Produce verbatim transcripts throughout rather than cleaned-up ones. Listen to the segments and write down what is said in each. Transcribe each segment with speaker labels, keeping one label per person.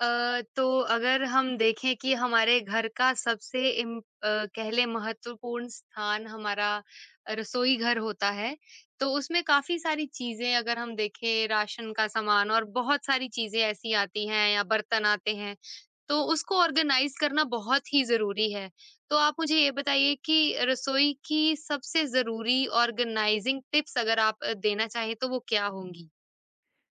Speaker 1: अ, तो अगर हम देखें कि हमारे घर का सबसे इम अ, कह लें महत्वपूर्ण स्थान हमारा रसोई घर होता है। तो उसमें काफ़ी सारी चीज़ें अगर हम देखें राशन का सामान और बहुत सारी चीज़ें ऐसी आती हैं या बर्तन आते हैं, तो उसको ऑर्गेनाइज़ करना बहुत ही ज़रूरी है। तो आप मुझे ये बताइए कि रसोई की सबसे ज़रूरी ऑर्गेनाइज़िंग टिप्स अगर आप अ, देना चाहें तो वो क्या होंगी?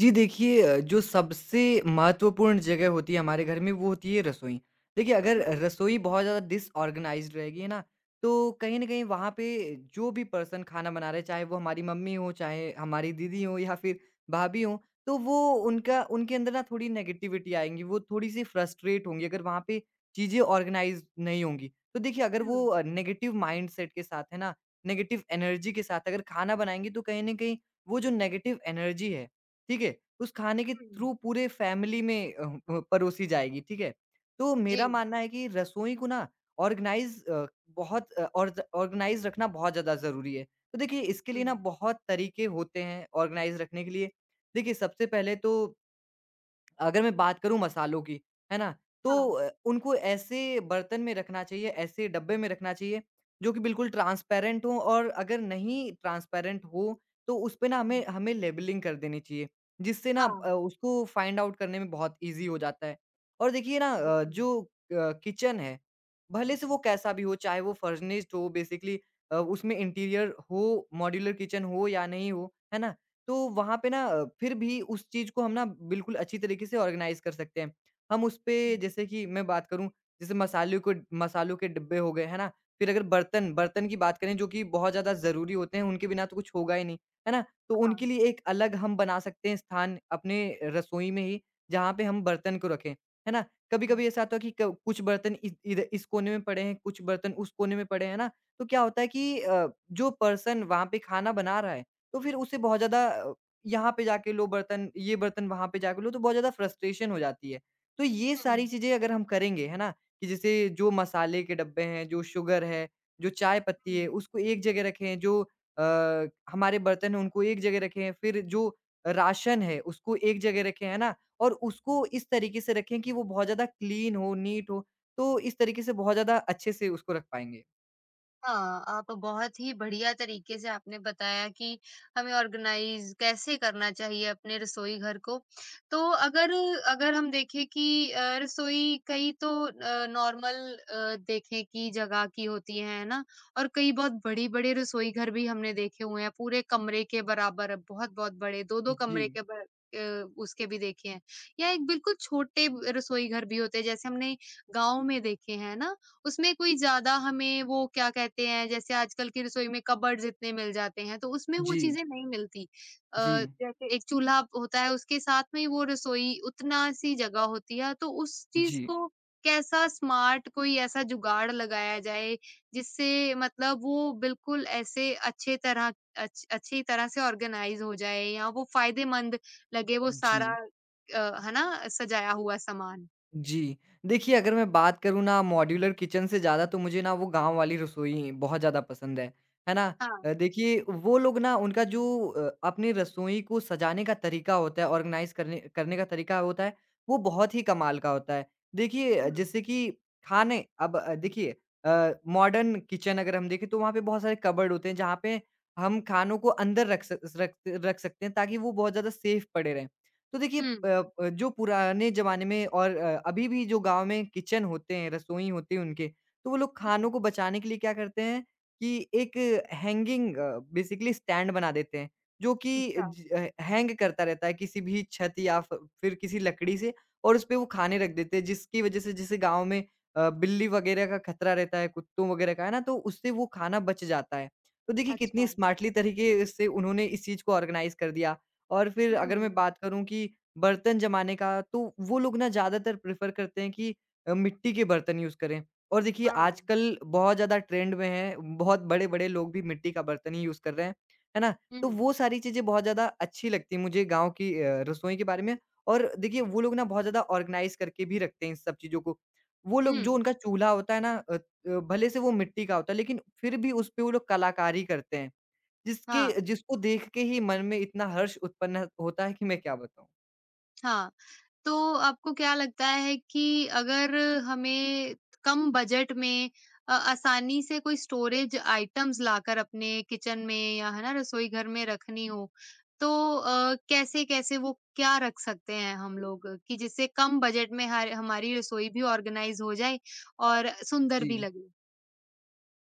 Speaker 2: जी देखिए अ, जो सबसे महत्वपूर्ण जगह होती है हमारे घर में वो होती है रसोई। देखिए अगर
Speaker 1: हुँ,
Speaker 2: रसोई बहुत ज़्यादा डिसऑर्गनाइज़्ड रहेगी है ना, तो कहीं न कहीं वहाँ पे जो भी पर्सन खाना बना रहे, चाहे वो हमारी मम्मी हो, चाहे हमारी दीदी हो या फिर भाभी हो, तो वो उनका उनके अंदर ना थोड़ी नेगेटिविटी आएँगी, वो थोड़ी-सी फ्रस्ट्रेट होंगी अगर वहाँ पे चीज़ें ऑर्गनाइज़ नहीं होंगी। तो देखिए अगर वो
Speaker 1: हुँ,
Speaker 2: अ, नेगेटिव माइंडसेट के साथ है ना, नेगेटिव एनर्जी के साथ अगर खाना बनाएँगी तो कहीं न कहीं वो जो नेगेटिव एनर्जी है ठीक है? उस खाने के
Speaker 1: हुँ,
Speaker 2: थ्रू पूरे फैमिली में अ, प परोसी जाएगी, ठीक है? तो मेरा
Speaker 1: जी,
Speaker 2: मानना है कि रसोई को ना ऑर्गेनाइज़ अ, बहुत अ, ऑर्ज ऑर्गेनाइज़ रखना बहुत ज़्यादा ज़रूरी है। तो देखिए इसके
Speaker 1: हुँ,
Speaker 2: लिए ना बहुत तरीके होते हैं ऑर्गेनाइज़ रखने के लिए। देखिए सबसे पहले तो अगर मैं बात करूँ मसालों की, है ना? तो
Speaker 1: हाँ,
Speaker 2: अ, उनको ऐसे बर्तन में रखना चाहिए, ऐसे डब्बे में रखना चाहिए, जो कि बिल्कुल ट्रांसपेरेंट हों और अगर नहीं ट्रांसपेरेंट हो, तो उसपे ना
Speaker 1: हुँ।
Speaker 2: हमें हमें लेबलिंग कर देनी चाहिए, जिससे ना
Speaker 1: हाँ।
Speaker 2: अ, उसको फाइंड आउट करने में बहुत ईज़ी हो जाता है। और देखिए ना
Speaker 1: हुँ।
Speaker 2: अ, जो अ, किचन है, भले से वो कैसा भी हो, चाहे वो फर्निश्ड हो बेसिकली अ, उसमें इंटीरियर हो, मॉड्यूलर किचन हो या नहीं हो, है ना? तो वहाँ पे ना अ, फिर भी उस चीज़ को हम ना बिल्कुल अच्छी तरीके से ऑर्गेनाइज़ कर सकते हैं। हम उस पे
Speaker 1: हुँ,
Speaker 2: जैसे कि मैं बात करूँ जैसे मसालों को मसालों के डिब्बे हो गए, है ना? फिर अगर बर्तन बर्तन की बात करें जो कि बहुत ज़्यादा ज़रूरी होते हैं, उनके बिना तो कुछ होगा ही नहीं, है ना? तो उनके
Speaker 1: हाँ।
Speaker 2: लिए एक अलग हम बना सकते हैं स्थान अपने रसोई में ही जहाँ पे हम बर्तन को रखें, है ना?
Speaker 1: हुँ,
Speaker 2: कभी-कभी ऐसा होता है कि क कुछ बर्तन इ इध इस कोने में पड़े हैं, कुछ बर्तन उस कोने में पड़े हैं, है ना? तो क्या होता है कि अ, जो पर्सन वहाँ पे खाना बना रहा है तो फिर उसे बहुत ज़्यादा अ, यहाँ पे जाके लो बर्तन, ये बर्तन वहाँ पे जाके लो, तो बहुत ज़्यादा फ्रस्ट्रेशन हो जाती है। तो ये
Speaker 1: हुँ,
Speaker 2: सारी चीज़ें अगर हम करेंगे, है ना? कि जैसे जो मसाले के डब्बे हैं, जो शुगर है, जो चाय पत्ती है,
Speaker 1: हुँ।
Speaker 2: उसको एक जगह रखें, जो अ, हमारे बर्तन हैं, उनको एक जगह रखें, फिर जो राशन है, उसको एक जगह रखें, है ना? और उसको इस तरीके से रखें कि वो बहुत ज़्यादा क्लीन हो, नीट हो, तो इस तरीके से बहुत ज़्यादा अच्छे से उसको रख पाएँगे।
Speaker 1: हाँ, आप बहुत ही बढ़िया तरीके से आपने बताया कि हमें ऑर्गेनाइज कैसे करना चाहिए अपने रसोई घर को। तो अगर अगर हम देखें कि अ, रसोई कई तो अ, नॉर्मल अ, देखें कि जगह की होती है, है ना? और कई बहुत बड़े-बड़े रसोई घर भी हमने देखे हुए हैं, पूरे कमरे के बराबर बहुत-बहुत बड़े, दो दो
Speaker 2: जी।
Speaker 1: कमरे के ब अ, उसके भी देखे हैं या एक बिल्कुल छोटे रसोई घर भी होते हैं जैसे हमने गाँव में देखे हैं ना? उसमें कोई ज़्यादा हमें वो क्या कहते हैं जैसे आजकल की रसोई में कबर्ड्स इतने मिल जाते हैं, तो उसमें वो
Speaker 2: जी।
Speaker 1: चीज़ें नहीं मिलती। अ,
Speaker 2: जी।
Speaker 1: जैसे एक चूल्हा होता है उसके साथ में ही वो रसोई उतना सी जगह होती है, तो उस चीज़
Speaker 2: जी।
Speaker 1: को कैसा स्मार्ट कोई ऐसा जुगाड़ लगाया जाए जिससे मतलब वो बिल्कुल ऐसे अच्छे तरह अच्छ अच्छी तरह से ऑर्गनाइज़ हो जाए या वो फ़ायदेमंद लगे वो
Speaker 2: जी।
Speaker 1: सारा अ, है ना सजाया हुआ सामान?
Speaker 2: जी। देखिए, अगर मैं बात करूँ ना मॉड्यूलर किचन से ज़्यादा तो मुझे ना वो गाँव वाली रसोई बहुत ज़्यादा पसंद है। है ना?
Speaker 1: हाँ।
Speaker 2: अ, देखिए वो लोग ना उनका जो अ, अपनी रसोई को सजाने का तरीका होता है, ऑर्गनाइज़ करने करने का तरीका होता है, वो बहुत ही कमाल का होता है। देखिए अ,
Speaker 1: हुँ।
Speaker 2: जैसे कि खाने अब अ, देखिए अ, मॉडर्न किचन अगर हम देखें तो वहाँ पे बहुत सारे कबर्ड होते हैं जहाँ पे हम खानों को अंदर रख सक रख रख सकते हैं ताकि वो बहुत ज़्यादा सेफ पड़े रहें। तो देखिए अ,
Speaker 1: हुँ,
Speaker 2: प जो पुराने ज़माने में और अ, अभी भी जो गाँव में किचन होते हैं, रसोई होती है उनके, तो वो लोग खानों
Speaker 1: हुँ।
Speaker 2: को बचाने के लिए क्या करते हैं कि एक हैंगिंग अ, बेसिकली स्टैंड बना देते हैं, जो कि
Speaker 1: अच्छा।
Speaker 2: ज अ, हैंग करता रहता है किसी भी छत या फ फिर किसी लकड़ी से और उसपे वो खाने रख देते हैं, जिसकी वज़ह से जैसे गाँव में अ, बिल्ली वग़ैरह का खतरा रहता है, कुत्तों वग़ैरह का, है ना? तो उससे वो खाना बच जाता है। तो देखिए कितनी
Speaker 1: अच्छा,
Speaker 2: स्मार्टली तरीके से उन्होंने इस चीज़ को ऑर्गनाइज़ कर दिया। और फिर अगर मैं
Speaker 1: हुँ,
Speaker 2: बात करूँ कि बर्तन जमाने का, तो वो लोग ना ज़्यादातर प्रेफ़र करते हैं कि अ, मिट्टी के बर्तन यूज़ करें। और देखिए
Speaker 1: हाँ,
Speaker 2: आजकल बहुत ज़्यादा ट्रेंड में है, बहुत बड़े-बड़े लोग भी मिट्टी का बर्तन ही यूज़ कर रहे हैं, है ना?
Speaker 1: हुँ,
Speaker 2: तो वो सारी चीज़ें बहुत ज़्यादा अच्छी लगती हैं मुझे गाँव की अ, रसोई के बारे में। और देखिए वो लोग ना बहुत ज़्यादा ऑर्गनाइज़ करके भी रखते हैं इन सब चीज़ों को। वो लोग
Speaker 1: हुँ,
Speaker 2: जो उनका चूल्हा होता है ना अ, अ, भले से वो मिट्टी का होता है, लेकिन फिर भी उसपे वो लोग कलाकारी करते हैं। जिसके
Speaker 1: हाँ,
Speaker 2: जिसको देख के ही मन में इतना हर्ष उत्पन्न होता है कि मैं क्या बताऊँ।
Speaker 1: हाँ। तो आपको क्या लगता है कि अगर हमें कम बजट में अ, आसानी से कोई स्टोरेज आइटम्स लाकर अपने किचन में या है ना रसोई घर में रखनी हो, तो अ, कैसे-कैसे वो क्या रख सकते हैं हम लोग कि जिससे कम बजट में हर हमारी रसोई भी ऑर्गेनाइज़ हो जाए और सुंदर
Speaker 2: जी।
Speaker 1: भी लगे?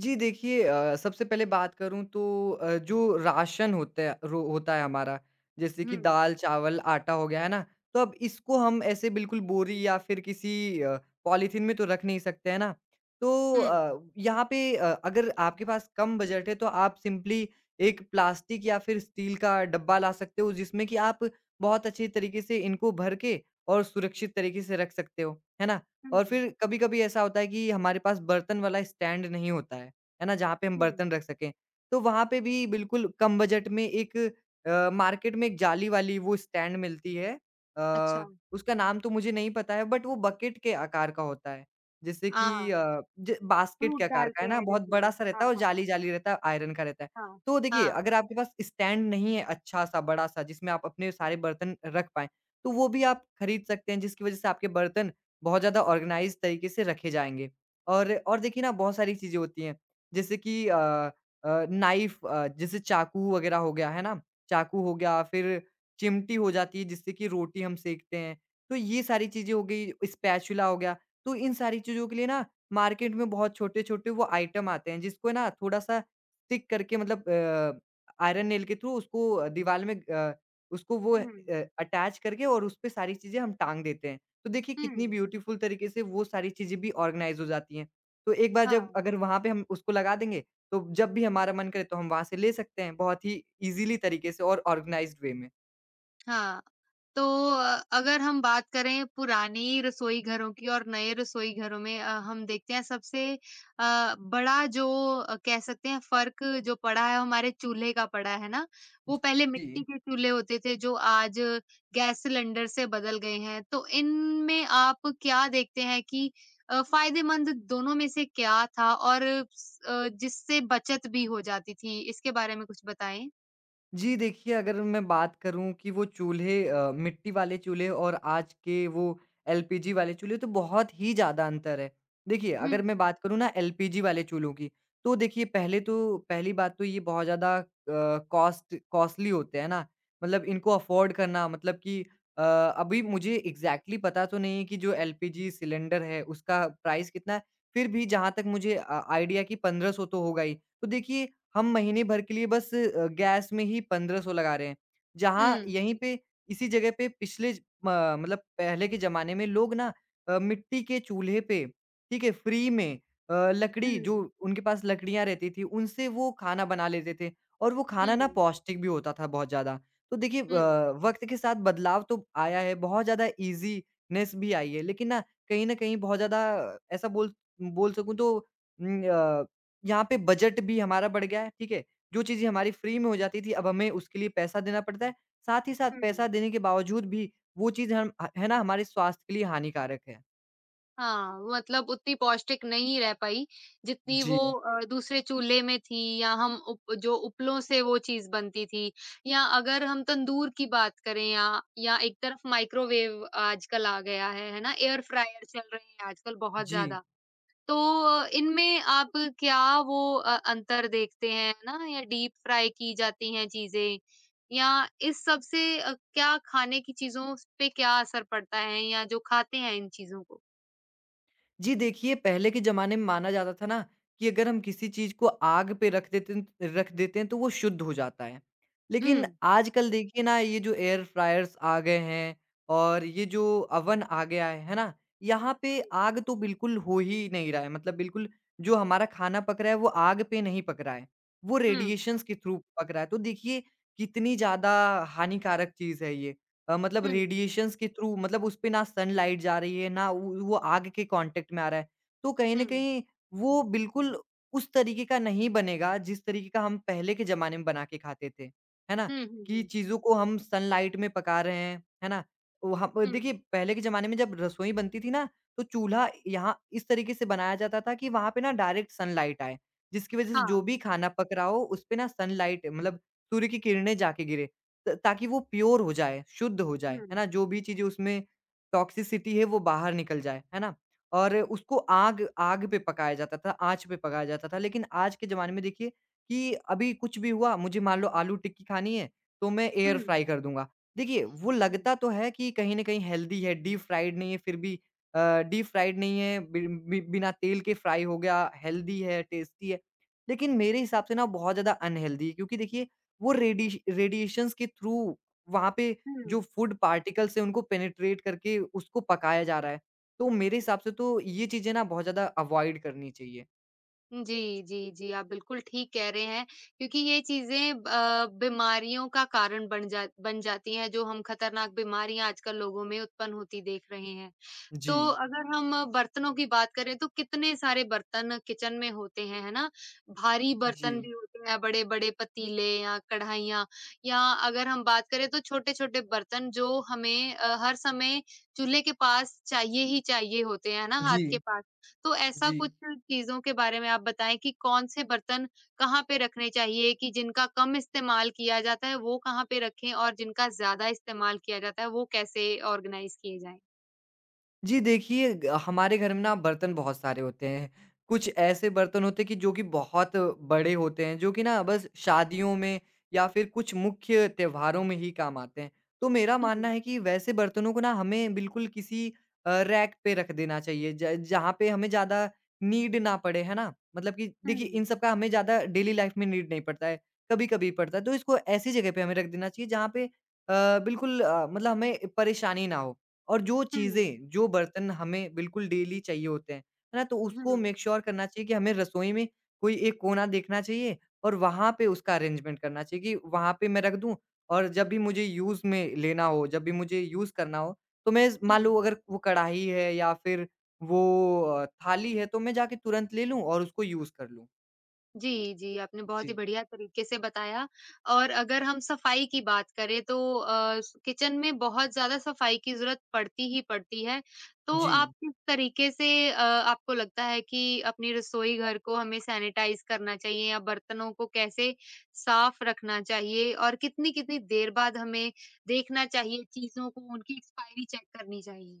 Speaker 2: जी देखिए अ, सबसे पहले बात करूँ तो अ, जो राशन होता है रो होता है हमारा जैसे कि
Speaker 1: हुँ,
Speaker 2: दाल, चावल, आटा हो गया, है ना? तो अब इसको हम ऐसे बिल्कुल बोरी या फिर किसी अ, पॉलीथीन में तो रख नहीं सकते, है ना? तो
Speaker 1: हुँ,
Speaker 2: अ, यहाँ पे अ, अगर आपके पास कम बजट है तो आप सिंपली एक प्लास्टिक या फिर स्टील का डब्बा ला सकते हो जिसमें कि आप बहुत अच्छे तरीके से इनको भर के और सुरक्षित तरीके से रख सकते हो, है ना?
Speaker 1: हुँ,
Speaker 2: और फिर कभी-कभी ऐसा होता है कि हमारे पास बर्तन वाला स्टैंड नहीं होता है, है ना? जहाँ पे हम
Speaker 1: हुँ,
Speaker 2: बर्तन रख सकें, तो वहाँ पे भी बिल्कुल कम बजट में एक अ, मार्केट में एक जाली वाली वो स्टैंड मिलती है अ,
Speaker 1: अच्छा,
Speaker 2: उसका नाम तो मुझे नहीं पता है बट वो बकेट के आकार का होता है। जैसे कि
Speaker 1: हाँ।
Speaker 2: अ, ज बास्केट
Speaker 1: फ्रूट
Speaker 2: के आकार का
Speaker 1: डालते
Speaker 2: है ना,
Speaker 1: हैं
Speaker 2: बहुत
Speaker 1: जिसमें।
Speaker 2: बड़ा-सा रहता
Speaker 1: हाँ,
Speaker 2: है और
Speaker 1: हाँ,
Speaker 2: जाली-जाली रहता है, आयरन का रहता है।
Speaker 1: हाँ।
Speaker 2: तो देखिए,
Speaker 1: हाँ।
Speaker 2: अगर आपके पास स्टैंड नहीं है अच्छा-सा, बड़ा-सा जिसमें आप अपने सारे बर्तन रख पाएँ, तो वो भी आप खरीद सकते हैं जिसकी वज़ह से आपके बर्तन बहुत ज़्यादा ऑर्गेनाइज़ तरीके से रखे जाएँगे। और और देखिए ना बहुत सारी चीज़ें होती हैं, जैसे कि अ अ, नाइफ़ अ, जैसे चाकू वग़ैरह हो गया, है ना? चाकू हो गया, फिर चिमटी हो जाती है जिससे कि रोटी हम सेकते हैं, तो ये सारी चीज़ें हो गई, स्पैचुला हो गया। तो इन सारी चीज़ों के लिए ना मार्केट में बहुत छोटे-छोटे वो आइटम आते हैं जिसको ना थोड़ा-सा स्टिक करके मतलब अ, आयरन नेल के थ्रू उसको दीवार में अ, उसको वो अ,
Speaker 1: हुँ,
Speaker 2: अटैच करके और उसपे सारी चीज़ें हम टाँग देते हैं। तो देखिए
Speaker 1: हुँ,
Speaker 2: कितनी ब्यूटीफुल तरीके से वो सारी चीज़ें भी ऑर्गनाइज़ हो जाती हैं। तो एक बार जब
Speaker 1: हाँ।
Speaker 2: अगर वहाँ पे हम उसको लगा देंगे, तो जब भी हमारा मन करे तो हम वहाँ से ले सकते हैं, बहुत ही ईज़िली तरीके से और ऑर्गनाइज़्ड वे में।
Speaker 1: हाँ, तो अ, अगर हम बात करें पुरानी रसोई घरों की और नए रसोई घरों में अ, हम देखते हैं सबसे अ, बड़ा जो अ, कह सकते हैं फर्क जो पड़ा है हमारे चूल्हे का पड़ा है ना, वो पहले मिट्टी
Speaker 2: जी।
Speaker 1: के चूल्हे होते थे जो आज गैस सिलेंडर से बदल गए हैं। तो इनमें आप क्या देखते हैं कि अ, फायदेमंद दोनों में से क्या था और स अ, जिससे बचत भी हो जाती थी? इसके बारे में कुछ बताएँ?
Speaker 2: जी, देखिए अगर मैं बात करूँ कि वो चूल्हे अ, मिट्टी वाले चूल्हे और आज के वो एलपीजी वाले चूल्हे तो बहुत ही ज़्यादा अंतर है। देखिए
Speaker 1: हुँ।
Speaker 2: अगर मैं बात करूँ ना एलपीजी वाले चूल्हों की, तो देखिए पहले तो पहली बात तो ये बहुत ज़्यादा अ, कॉस्ट कॉस्टली होते हैं ना, मतलब इनको अफ़ोर्ड करना मतलब कि अ, अभी मुझे एग्ज़ैक्टली पता तो नहीं है कि जो एलपीजी सिलेंडर है उसका प्राइस कितना है, फिर भी जहाँ तक मुझे अ, आइडिया कि पंद्रह सौ तो होगा ही। तो देखिए हम महीने भर के लिए बस अ, गैस में ही पंद्रह सौ लगा रहे हैं।
Speaker 1: हुँ।
Speaker 2: जहाँ यहीं पे इसी जगह पे पिछले ज म मतलब पहले के ज़माने में लोग ना अ, मिट्टी के चूल्हे पे, ठीक है? फ्री में अ, लकड़ी जो
Speaker 1: हुँ।
Speaker 2: उनके पास लकड़ियाँ रहती थी, उनसे वो खाना बना लेते थे और वो खाना
Speaker 1: हुँ।
Speaker 2: ना पौष्टिक भी होता था बहुत ज़्यादा। तो देखिए
Speaker 1: हुँ,
Speaker 2: अ, वक़्त के साथ बदलाव तो आया है, बहुत ज़्यादा ईज़ीनेस भी आई है, लेकिन ना कहीं न कहीं बहुत ज़्यादा ऐसा बोल बोल सकूँ तो उम, अ यहाँ पे बजट भी हमारा बढ़ गया है, ठीक है? जो चीज़ें हमारी फ्री में हो जाती थी, अब हमें उसके लिए पैसा देना पड़ता है। साथ ही साथ
Speaker 1: हुँ।
Speaker 2: पैसा देने के बावजूद भी वो चीज़ हम ह है ना, हमारे स्वास्थ्य के लिए हानिकारक है।
Speaker 1: हाँ, मतलब उतनी पौष्टिक नहीं रह पाई, जितनी
Speaker 2: जी,
Speaker 1: वो अ, दूसरे चूल्हे में थी या हम उप जो उपलों से वो चीज़ बनती थी या अगर हम तंदूर की बात करें या या एक तरफ माइक्रोवेव आजकल आ गया है, है ना? एयर फ्रायर चल रहे हैं आजकल बहुत
Speaker 2: जी।
Speaker 1: ज़्यादा। तो अ, इनमें आप क्या वो अ, अंतर देखते हैं ना या डीप फ्राई की जाती हैं चीज़ें या इस सब से अ, क्या खाने की चीज़ों पे क्या असर पड़ता है या जो खाते हैं इन चीज़ों को?
Speaker 2: जी देखिए, पहले के ज़माने में माना जाता था ना कि अगर हम किसी चीज़ को आग पे रख देते न रख देते हैं तो वो शुद्ध हो जाता है।
Speaker 1: हुँ।
Speaker 2: लेकिन आजकल देखिए ना ये जो एयर फ्रायर्स आ गए हैं और ये जो ओवन आ गया है, है ना? यहाँ पे
Speaker 1: हुँ।
Speaker 2: आग तो बिल्कुल हो ही नहीं रहा है मतलब बिल्कुल जो हमारा खाना पक रहा है वो आग पे नहीं पक रहा है, वो
Speaker 1: हुँ,
Speaker 2: रेडिएशंस के थ्रू पक रहा है। तो देखिए कितनी ज़्यादा हानिकारक चीज़ है ये। अ, मतलब
Speaker 1: हुँ, हुँ,
Speaker 2: रेडिएशंस के थ्रू मतलब उस पे ना सनलाइट जा रही है, ना वो वो आग के कॉन्टैक्ट में आ रहा है। तो कहीं न कहीं वो बिल्कुल उस तरीके का नहीं बनेगा, जिस तरीके का हम पहले के ज़माने में बना के खाते थे। है ना?
Speaker 1: हुँ, हुँ,
Speaker 2: कि
Speaker 1: हुँ,
Speaker 2: चीज़ों को हम सनलाइट में पका रहे हैं। है ना? वहाँ पर
Speaker 1: हुँ,
Speaker 2: देखिए पहले के ज़माने में जब रसोई बनती थी ना, तो चूल्हा यहाँ इस तरीके से बनाया जाता था कि वहाँ पे ना डायरेक्ट सनलाइट आए, जिसकी वज़ह से जो
Speaker 1: हाँ,
Speaker 2: भी खाना पक रहा हो, उस पे ना सनलाइट मतलब सूर्य की किरणें जाके गिरे। त ताकि वो प्योर हो जाए, शुद्ध हो जाए, है
Speaker 1: हुँ,
Speaker 2: ना? जो भी चीज़ें उसमें टॉक्सिसिटी है वो बाहर निकल जाए, है ना? और उसको आग आग पे पकाया जाता था, आँच पे पकाया जाता था। लेकिन आज के ज़माने में देखिए कि अभी कुछ भी हुआ, मुझे मान लो आलू टिक्की खानी है, तो मैं
Speaker 1: हुँ,
Speaker 2: एयर फ्राई कर दूँगा। देखिए, वो
Speaker 1: हुँ,
Speaker 2: लगता तो है कि कहीं न कहीं हेल्दी है, डीप फ्राइड नहीं है फिर भी अ, डीप फ्राइड नहीं है, बि बि बिना तेल के फ्राई हो गया, हेल्दी है, टेस्टी है। लेकिन मेरे हिसाब से ना बहुत ज़्यादा अनहेल्दी है क्योंकि देखिए वो रेडिश रेडिएशंस के थ्रू वहाँ पे जो
Speaker 1: हुँ।
Speaker 2: फूड पार्टिकल्स हैं उनको पेनिट्रेट करके उसको पकाया जा रहा है। तो मेरे हिसाब से तो ये चीज़ें ना बहुत ज़्यादा अवॉइड करनी चाहिए।
Speaker 1: जी, जी, जी, आप बिल्कुल ठीक कह रहे हैं क्योंकि ये चीज़ें अ, बीमारियों का कारण बन जा बन जाती हैं, जो हम खतरनाक बीमारियाँ आजकल लोगों में उत्पन्न होती देख रहे हैं।
Speaker 2: जी।
Speaker 1: तो अगर हम बर्तनों की बात करें तो कितने सारे बर्तन किचन में होते हैं, है ना? भारी बर्तन
Speaker 2: जी।
Speaker 1: भी होते हैं, बड़े-बड़े पतीले या कढ़ाइयाँ या अगर हम बात करें तो छोटे-छोटे बर्तन जो हमें अ, हर समय चूल्हे के पास चाहिए ही चाहिए होते हैं, है ना? हाथ
Speaker 2: जी।
Speaker 1: के पास। तो ऐसा
Speaker 2: जी।
Speaker 1: कुछ चीज़ों के बारे में आप बताएँ कि कौन-से बर्तन कहाँ पे रखने चाहिए कि जिनका कम इस्तेमाल किया जाता है, वो कहाँ पे रखें और जिनका ज़्यादा इस्तेमाल किया जाता है, वो कैसे ऑर्गनाइज़ किए जाएँ?
Speaker 2: जी देखिए, ग हमारे घर में ना बर्तन बहुत सारे होते हैं। कुछ ऐसे बर्तन होते हैं कि जो कि बहुत बड़े होते हैं, जो कि ना बस शादियों में या फिर कुछ मुख्य त्योहारों में ही काम आते हैं। तो मेरा मानना
Speaker 1: हुँ,
Speaker 2: है कि वैसे बर्तनों को ना हमें बिल्कुल किसी अ, रैक पे रख देना चाहिए ज जहाँ पे हमें ज़्यादा नीड ना पड़े, है ना? मतलब कि देखिए
Speaker 1: हुँ।
Speaker 2: इन सब का हमें ज़्यादा डेली लाइफ़ में नीड नहीं पड़ता है, कभी-कभी पड़ता है। तो इसको ऐसी जगह पे हमें रख देना चाहिए जहाँ पे अ, बिल्कुल अ, मतलब हमें परेशानी ना हो। और जो
Speaker 1: हुँ,
Speaker 2: चीज़ें, जो बर्तन हमें बिल्कुल डेली चाहिए होते हैं, है ना? तो
Speaker 1: हुँ,
Speaker 2: उसको मेक श्योर करना चाहिए कि हमें रसोई में कोई एक कोना देखना चाहिए और वहाँ पे उसका अरेंजमेंट करना चाहिए कि वहाँ पे मैं रख दूँ और जब भी मुझे यूज़ में लेना हो, जब भी मुझे यूज़ करना हो, तो मैं मान लो
Speaker 1: हुँ।
Speaker 2: अगर वो कढ़ाई है या फिर वो अ, थाली है, तो मैं जाके तुरंत ले लूँ और उसको यूज़ कर लूँ।
Speaker 1: जी, जी, आपने बहुत ही
Speaker 2: जी।
Speaker 1: बढ़िया तरीके से बताया और अगर हम सफाई की बात करें तो अ, स किचन में बहुत ज़्यादा सफाई की ज़रूरत पड़ती ही पड़ती है। तो
Speaker 2: जी।
Speaker 1: आप किस तरीके से अ, आपको लगता है कि अपनी रसोई घर को हमें सैनिटाइज़ करना चाहिए या बर्तनों को कैसे साफ़ रखना चाहिए? और कितनी-कितनी देर बाद हमें देखना चाहिए चीज़ों को, उनकी एक्सपायरी चेक करनी चाहिए?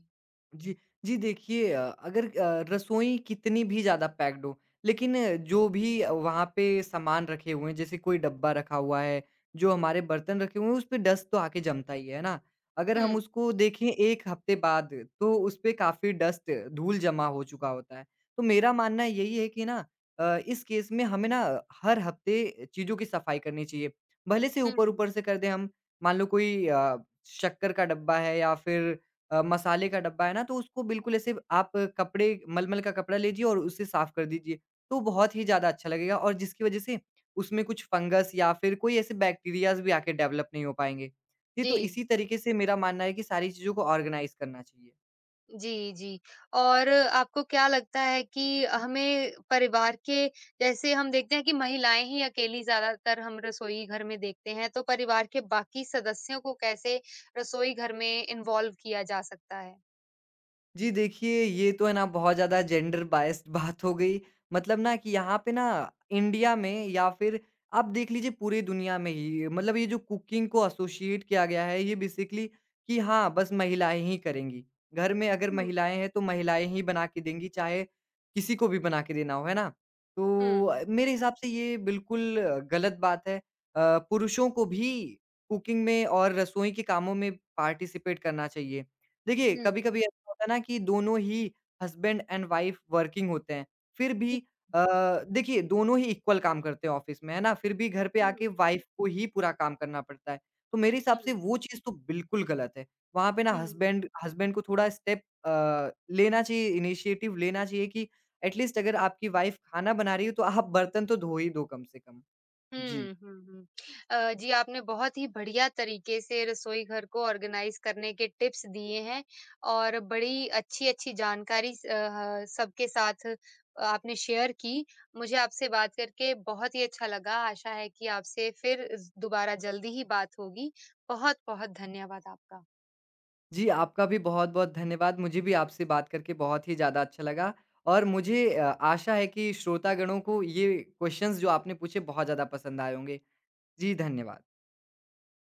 Speaker 2: जी, जी देखिए अ, अगर अ, रसोई कितनी भी ज़्यादा पैक्ड हो, लेकिन अ, जो भी अ, वहाँ पे सामान रखे हुए हैं, जैसे कोई डब्बा रखा हुआ है, जो हमारे बर्तन रखे हुए हैं, उसपे डस्ट तो आके जमता ही है, है ना? अगर हम
Speaker 1: हुँ,
Speaker 2: उसको देखें एक हफ्ते बाद, तो उसपे काफ़ी डस्ट, धूल जमा हो चुका होता है। तो मेरा मानना यही है कि ना अ, इस केस में हमें ना हर हफ्ते चीज़ों की सफाई करनी चाहिए। भले से
Speaker 1: हुँ।
Speaker 2: ऊपर-ऊपर से कर दें हम, मान लो कोई अ, शक्कर का डब्बा है या फिर अ, मसाले का डब्बा है ना, तो उसको बिल्कुल ऐसे आप कपड़े मलमल का कपड़ा लीजिए और उसे साफ कर दीजिए, तो बहुत ही ज़्यादा अच्छा लगेगा और जिसकी वज़ह से उसमें कुछ फंगस या फिर कोई ऐसे बैक्टीरियाज़ भी आके डेवलप नहीं हो पाएँगे। जी, तो
Speaker 1: जी।
Speaker 2: इसी तरीके से मेरा मानना है कि सारी चीज़ों को ऑर्गनाइज़ करना चाहिए।
Speaker 1: जी, जी। और आपको क्या लगता है कि हमें परिवार के जैसे हम देखते हैं कि महिलाएँ ही अकेली ज़्यादातर हम रसोई घर में देखते हैं, तो परिवार के बाकी सदस्यों को कैसे रसोई घर में इन्वॉल्व किया जा सकता है?
Speaker 2: जी देखिए, ये तो है ना बहुत ज़्यादा जेंडर बायस्ड बात हो गई। मतलब ना कि यहाँ पे ना इंडिया में या फिर आप देख लीजिए पूरी दुनिया में ही मतलब ये जो कुकिंग को एसोसिएट किया गया है ये बेसिकली कि हाँ, बस महिलाएँ ही करेंगी। घर में अगर
Speaker 1: हुँ।
Speaker 2: महिलाएँ हैं तो महिलाएँ ही बना के देंगी चाहे किसी को भी बना के देना हो, है ना?
Speaker 1: हुँ।
Speaker 2: तो अ, मेरे हिसाब से ये बिल्कुल अ, गलत बात है। अ, पुरुषों को भी कुकिंग में और रसोई के कामों में पार्टिसिपेट करना चाहिए। देखिए,
Speaker 1: हुँ।
Speaker 2: कभी-कभी ऐसा होता है ना कि दोनों ही हस्बैंड एंड वाइफ वर्किंग होते हैं, फिर भी अ, देखिए दोनों ही इक्वल काम करते हैं ऑफ़िस में, है ना? फिर भी घर पे आके
Speaker 1: हुँ,
Speaker 2: वाइफ को ही पूरा काम करना पड़ता है। तो मेरे हिसाब से
Speaker 1: हुँ,
Speaker 2: वो चीज़ तो बिल्कुल गलत है। वहाँ पे ना
Speaker 1: हुँ।
Speaker 2: हस्बैंड हस्बैंड को थोड़ा स्टेप अ, लेना चाहिए, इनिशिएटिव लेना चाहिए कि एटलीस्ट अगर आपकी वाइफ खाना बना रही है, तो आप बर्तन तो धो ही दो कम से कम। जी।
Speaker 1: हुँ, हुँ, हुँ। अ, जी, आपने बहुत ही बढ़िया तरीके से रसोई घर को ऑर्गेनाइज़ करने के टिप्स दिए हैं और बड़ी अच्छी-अच्छी जानकारी स अ, सबके साथ आपने शेयर की। मुझे आपसे बात करके बहुत ही अच्छा लगा। आशा है कि आपसे फिर ज़ दोबारा जल्दी ही बात होगी। बहुत-बहुत धन्यवाद आपका।
Speaker 2: जी, आपका भी बहुत-बहुत धन्यवाद। मुझे भी आपसे बात करके बहुत ही ज़्यादा अच्छा लगा और मुझे अ, आशा है कि श्रोतागणों को ये क्वेश्चंस जो आपने पूछे बहुत ज़्यादा पसंद आए होंगे। जी, धन्यवाद।